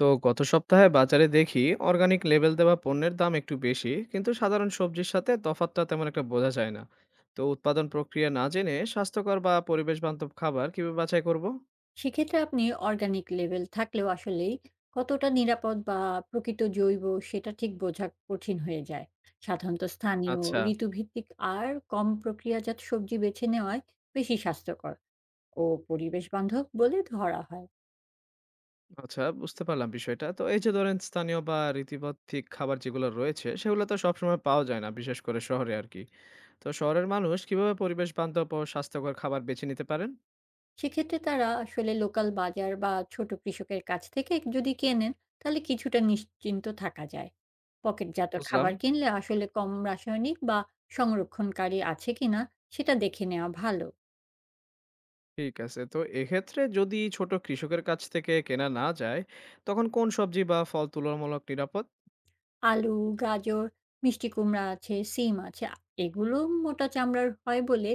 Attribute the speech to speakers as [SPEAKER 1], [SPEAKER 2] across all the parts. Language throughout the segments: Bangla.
[SPEAKER 1] তো গত সপ্তাহে বাজারে দেখি অর্গানিক লেবেল দেওয়া পণ্যের দাম একটু বেশি কিন্তু সাধারণ সবজির সাথে তফাৎটা তেমন একটা বোঝা যায় না। তো উৎপাদন প্রক্রিয়া না জেনে স্বাস্থ্যকর বা পরিবেশ বান্ধব খাবার কিভাবে বাছাই করব?
[SPEAKER 2] সেক্ষেত্রে আপনি অর্গানিক লেভেল থাকলেও আসলেই কতটা নিরাপদ বা প্রকৃত জৈব সেটা ঠিক বোঝা কঠিন হয়ে যায়। সাধারণত স্থানীয়,
[SPEAKER 1] আচ্ছা।
[SPEAKER 2] ঋতুভিত্তিক আর কম প্রক্রিয়াজাত সবজি বেছে নেওয়ায় বেশি স্বাস্থ্যকর ও পরিবেশ বান্ধব বলে ধরা হয়।
[SPEAKER 1] আচ্ছা, বুঝতে পারলাম বিষয়টা। তো এই যে ধরেন স্থানীয় বা ঋতুভিত্তিক খাবার যেগুলো রয়েছে সেগুলো তো সবসময় পাওয়া যায় না, বিশেষ করে শহরে আর কি। তো শহরের মানুষ কিভাবে পরিবেশ বান্ধব ও স্বাস্থ্যকর খাবার বেছে নিতে পারেন?
[SPEAKER 2] সেক্ষেত্রে তারা আসলে লোকাল বাজার বা ছোট কৃষকের কাছ থেকে যদি কেনেন, তাহলে কিছুটা নিশ্চিন্ত থাকা যায়। পকেটজাত
[SPEAKER 1] বুঝলাম।
[SPEAKER 2] খাবার কিনলে আসলে কম রাসায়নিক বা সংরক্ষণকারী আছে কিনা সেটা দেখে নেওয়া ভালো।
[SPEAKER 1] ঠিক আছে। তো এক্ষেত্রে যদি ছোট কৃষকের কাছ থেকে কেনা না যায়, তখন কোন সবজি বা ফল তুলনামূলক নিরাপদ?
[SPEAKER 2] আলু, গাজর, মিষ্টি কুমড়া আছে, সিম আছে। এগুলো মোটা চামড়ার হয় বলে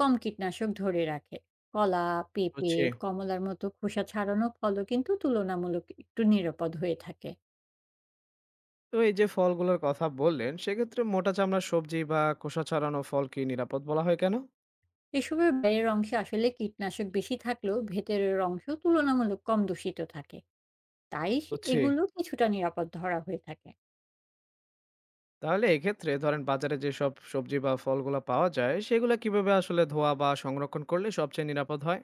[SPEAKER 2] কম কীটনাশক ধরে রাখে। কলা, পেঁপে,
[SPEAKER 1] হচ্ছে।
[SPEAKER 2] কমলার মতো খোসা ছাড়ানো ফলও কিন্তু তুলনামূলক একটু নিরাপদ হয়ে থাকে।
[SPEAKER 1] তো এই যে ফলগুলোর কথা বললেন, সেক্ষেত্রে মোটা চামড়ার সবজি বা খোসা ছাড়ানো ফল কি নিরাপদ বলা হয় কেন?
[SPEAKER 2] এসবের বাইরের অংশে আসলে কীটনাশক বেশি থাকলেও ভেতরের অংশ তুলনামূলক কম দূষিত থাকে। তাই সে
[SPEAKER 1] হচ্ছে।
[SPEAKER 2] এগুলো কিছুটা নিরাপদ ধরা হয়ে থাকে।
[SPEAKER 1] তাহলে এক্ষেত্রে ধরেন বাজারে যেসব সবজি বা ফলগুলো পাওয়া যায়, সেগুলো কিভাবে আসলে ধোয়া বা সংরক্ষণ করলে সবচেয়ে নিরাপদ হয়?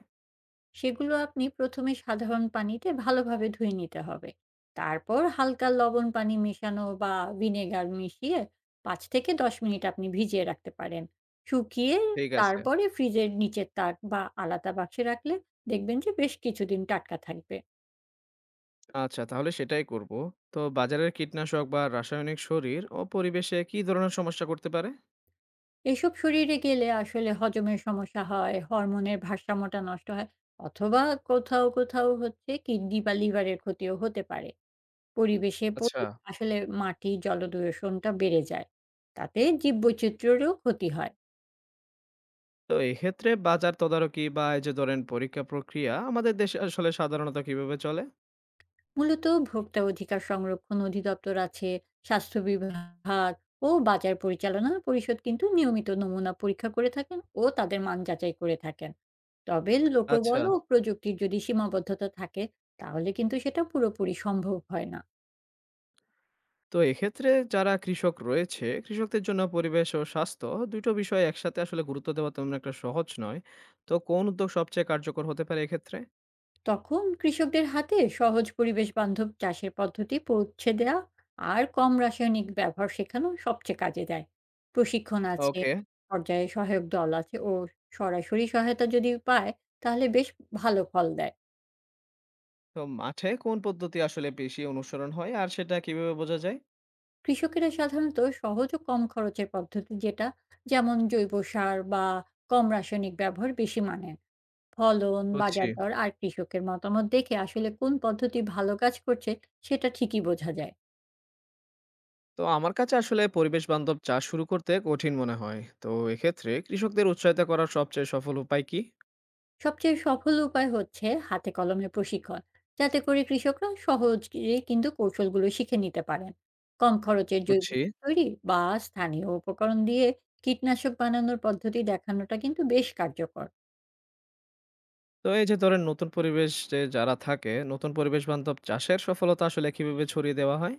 [SPEAKER 2] সেগুলো আপনি প্রথমে সাধারণ পানিতে ভালোভাবে ধুয়ে নিতে হবে। তারপর হালকা লবণ পানি মেশানো বা ভিনেগার মিশিয়ে ৫ থেকে ১০ মিনিট আপনি ভিজিয়ে রাখতে পারেন। শুকিয়ে
[SPEAKER 1] ঠিক আছে।
[SPEAKER 2] তারপরে ফ্রিজের নিচের তাক বা আলাদা বাক্সে রাখলে দেখবেন যে বেশ কিছুদিন টাটকা থাকবে।
[SPEAKER 1] আচ্ছা, তাহলে সেটাই করব। তো বাজারের কীটনাশক বা রাসায়নিক শরীর ও পরিবেশে কি ধরনের সমস্যা করতে পারে?
[SPEAKER 2] এসব শরীরে গেলে আসলে হজমের সমস্যা হয়, হরমোনের ভারসাম্যটা নষ্ট হয়, অথবা কোথাও হচ্ছে কিডনি বা লিভারের ক্ষতিও হতে পারে। পরিবেশে
[SPEAKER 1] আচ্ছা।
[SPEAKER 2] আসলে মাটি জলদূষণটা বেড়ে যায়। তাতে জীববৈচিত্র্যেরও ক্ষতি হয়।
[SPEAKER 1] তো এক্ষেত্রে বাজার তদারকি বা এই যে ধরেন পরীক্ষা প্রক্রিয়া আমাদের দেশে আসলে সাধারণত কিভাবে চলে?
[SPEAKER 2] মূলত ভোক্তা অধিকার সংরক্ষণ অধিদপ্তর আছে, স্বাস্থ্য বিভাগ ও বাজার পরিচালনা পরিষদ কিন্তু নিয়মিত নমুনা পরীক্ষা করে থাকেন ও তাদের মান যাচাই করে থাকেন। তবে
[SPEAKER 1] আচ্ছা।
[SPEAKER 2] লোকবল ও প্রযুক্তির যদি সীমাবদ্ধতা থাকে, তাহলে কিন্তু সেটা পুরোপুরি সম্ভব হয় না।
[SPEAKER 1] তো এক্ষেত্রে যারা কৃষক রয়েছে, কৃষকদের জন্য পরিবেশ ও স্বাস্থ্য ২ টো বিষয় একসাথে আসলে গুরুত্ব দেওয়া তেমন একটা সহজ নয়। তো কোন উদ্যোগ সবচেয়ে কার্যকর হতে পারে এক্ষেত্রে?
[SPEAKER 2] তখন কৃষকদের হাতে সহজ পরিবেশ বান্ধব চাষের পদ্ধতি পৌঁছে দেওয়া আর কম রাসায়নিক ব্যবহার শেখানো সবচেয়ে কাজে দেয়। প্রশিক্ষণ আছে,
[SPEAKER 1] ওকে।
[SPEAKER 2] পর্যায়ে সহায়ক দল আছে ও সরাসরি সহায়তা যদি পায়, তাহলে বেশ ভালো ফল দেয়।
[SPEAKER 1] তো মাঠে কোন পদ্ধতি আসলে বেশি অনুসরণ হয় আর সেটা কিভাবে বোঝা যায়?
[SPEAKER 2] কৃষকেরা সাধারণত সহজ ও কম খরচের পদ্ধতি যেটা, যেমন জৈব সার বা কম রাসায়নিক ব্যবহার বেশি মানেন। ফলন,
[SPEAKER 1] বুঝছি।
[SPEAKER 2] বাজার দর আর কৃষকের মতামত দেখে আসলে কোন পদ্ধতি ভালো কাজ করছে সেটা ঠিকই বোঝা যায়।
[SPEAKER 1] তো আমার কাছে আসলে পরিবেশ বান্ধব চাষ শুরু করতে কঠিন মনে হয়। তো এক্ষেত্রে কৃষকদের উৎসাহিত করার সবচেয়ে সফল উপায় কি?
[SPEAKER 2] সবচেয়ে সফল উপায় হচ্ছে হাতে কলমে প্রশিক্ষণ, যাতে করে কৃষকরা সহজে কিন্তু কৌশলগুলো শিখে নিতে পারেন। কম খরচের জৈব
[SPEAKER 1] বুঝছি।
[SPEAKER 2] সার তৈরি বা স্থানীয় উপকরণ দিয়ে কীটনাশক বানানোর পদ্ধতি দেখানোটা কিন্তু বেশ কার্যকর।
[SPEAKER 1] তো এই যে ধরেন নতুন পরিবেশ যে যারা থাকে, নতুন পরিবেশ বান্ধব চাষের সফলতা আসলে কিভাবে ছড়িয়ে দেওয়া হয়?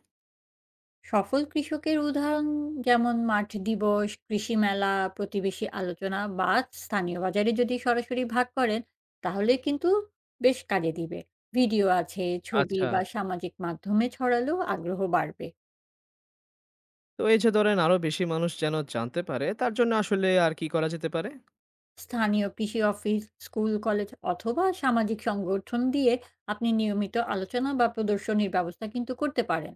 [SPEAKER 2] সফল কৃষকের উদাহরণ যেমন মাঠ দিবস, কৃষি মেলা, প্রতিবেশী আলোচনা বা স্থানীয় বাজারে যদি সরাসরি ভাগ করেন, তাহলে কিন্তু বেশ কাজে দিবে। ভিডিও আছে, ছবি
[SPEAKER 1] আচ্ছা।
[SPEAKER 2] বা সামাজিক মাধ্যমে ছড়ালেও আগ্রহ বাড়বে।
[SPEAKER 1] তো এই যে ধরেন আরো বেশি মানুষ যেন জানতে পারে তার জন্য আসলে আর কি করা যেতে পারে?
[SPEAKER 2] স্থানীয় কৃষি অফিস, স্কুল, কলেজ অথবা সামাজিক সংগঠন দিয়ে আপনি নিয়মিত আলোচনা বা প্রদর্শনীর ব্যবস্থা কিন্তু করতে পারেন।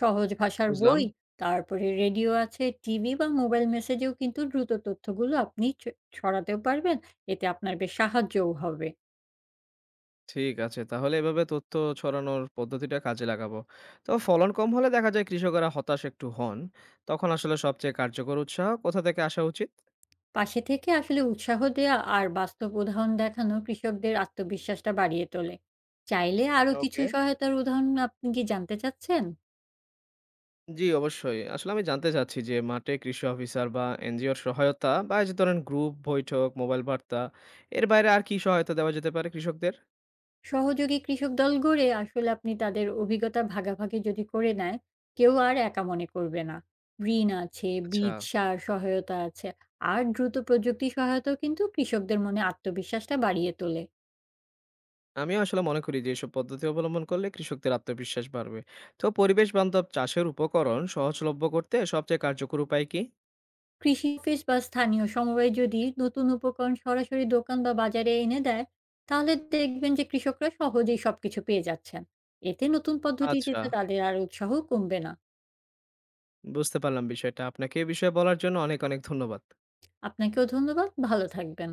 [SPEAKER 2] সহজ ভাষার
[SPEAKER 1] বুঝলাম।
[SPEAKER 2] বই, তারপরে রেডিও আছে, টিভি বা মোবাইল মেসেজেও কিন্তু দ্রুত তথ্যগুলো আপনি ছড়াতেও পারবেন। এতে আপনার বেশ সাহায্যও হবে।
[SPEAKER 1] ঠিক আছে। তাহলে এভাবে তথ্য ছড়ানোর পদ্ধতিটা কাজে লাগাবো। তো ফলন কম হলে দেখা যায় কৃষকরা হতাশ একটু হন। তখন আসলে সবচেয়ে কার্যকর উৎসাহ কোথা থেকে আসা উচিত?
[SPEAKER 2] পাশে থেকে আসলে উৎসাহ দেয়া আর বাস্তব উদাহরণ দেখানো কৃষকদের আত্মবিশ্বাসটা বাড়িয়ে তোলে। চাইলে আরো কিছু
[SPEAKER 1] ওকে।
[SPEAKER 2] সহায়তার উদাহরণ আপনি কি জানতে চাচ্ছেন?
[SPEAKER 1] জি, অবশ্যই। আসলে আমি জানতে চাচ্ছি যে মাঠে কৃষি অফিসার বা এনজিওর সহায়তা বা এই যে ধরেন গ্রুপ বৈঠক, মোবাইল বার্তা এর বাইরে আর কি সহায়তা দেওয়া যেতে পারে কৃষকদের?
[SPEAKER 2] সহযোগী কৃষক দল গড়ে আসলে আপনি তাদের অভিজ্ঞতা ভাগাভাগি যদি করে নেয়, কেউ আর একা মনে করবে না। ঋণ আছে,
[SPEAKER 1] আচ্ছা।
[SPEAKER 2] বীজ, সার সহায়তা আছে। আর দ্রুত প্রযুক্তি সহায়তাও কিন্তু কৃষকদের মনে আত্মবিশ্বাসটা বাড়িয়ে তোলে।
[SPEAKER 1] আমিও আসলে মনে করি যে এসব পদ্ধতি অবলম্বন করলে কৃষকদের আত্মবিশ্বাস বাড়বে। তো পরিবেশ বান্ধব চাষের উপকরণ সহজলভ্য করতে সবচেয়ে কার্যকর উপায় কি?
[SPEAKER 2] কৃষি অফিস বা স্থানীয় সমবায় যদি নতুন উপকরণ সরাসরি দোকান বা বাজারে এনে দেয়, তাহলে দেখবেন যে কৃষকরা সহজেই সবকিছু পেয়ে যাচ্ছেন। এতে নতুন পদ্ধতিতে
[SPEAKER 1] আচ্ছা।
[SPEAKER 2] তাদের আর উৎসাহ কমবে না।
[SPEAKER 1] বুঝতে পারলাম বিষয়টা। আপনাকে এ বিষয়ে বলার জন্য অনেক, অনেক ধন্যবাদ।
[SPEAKER 2] আপনাকেও ধন্যবাদ। ভালো থাকবেন।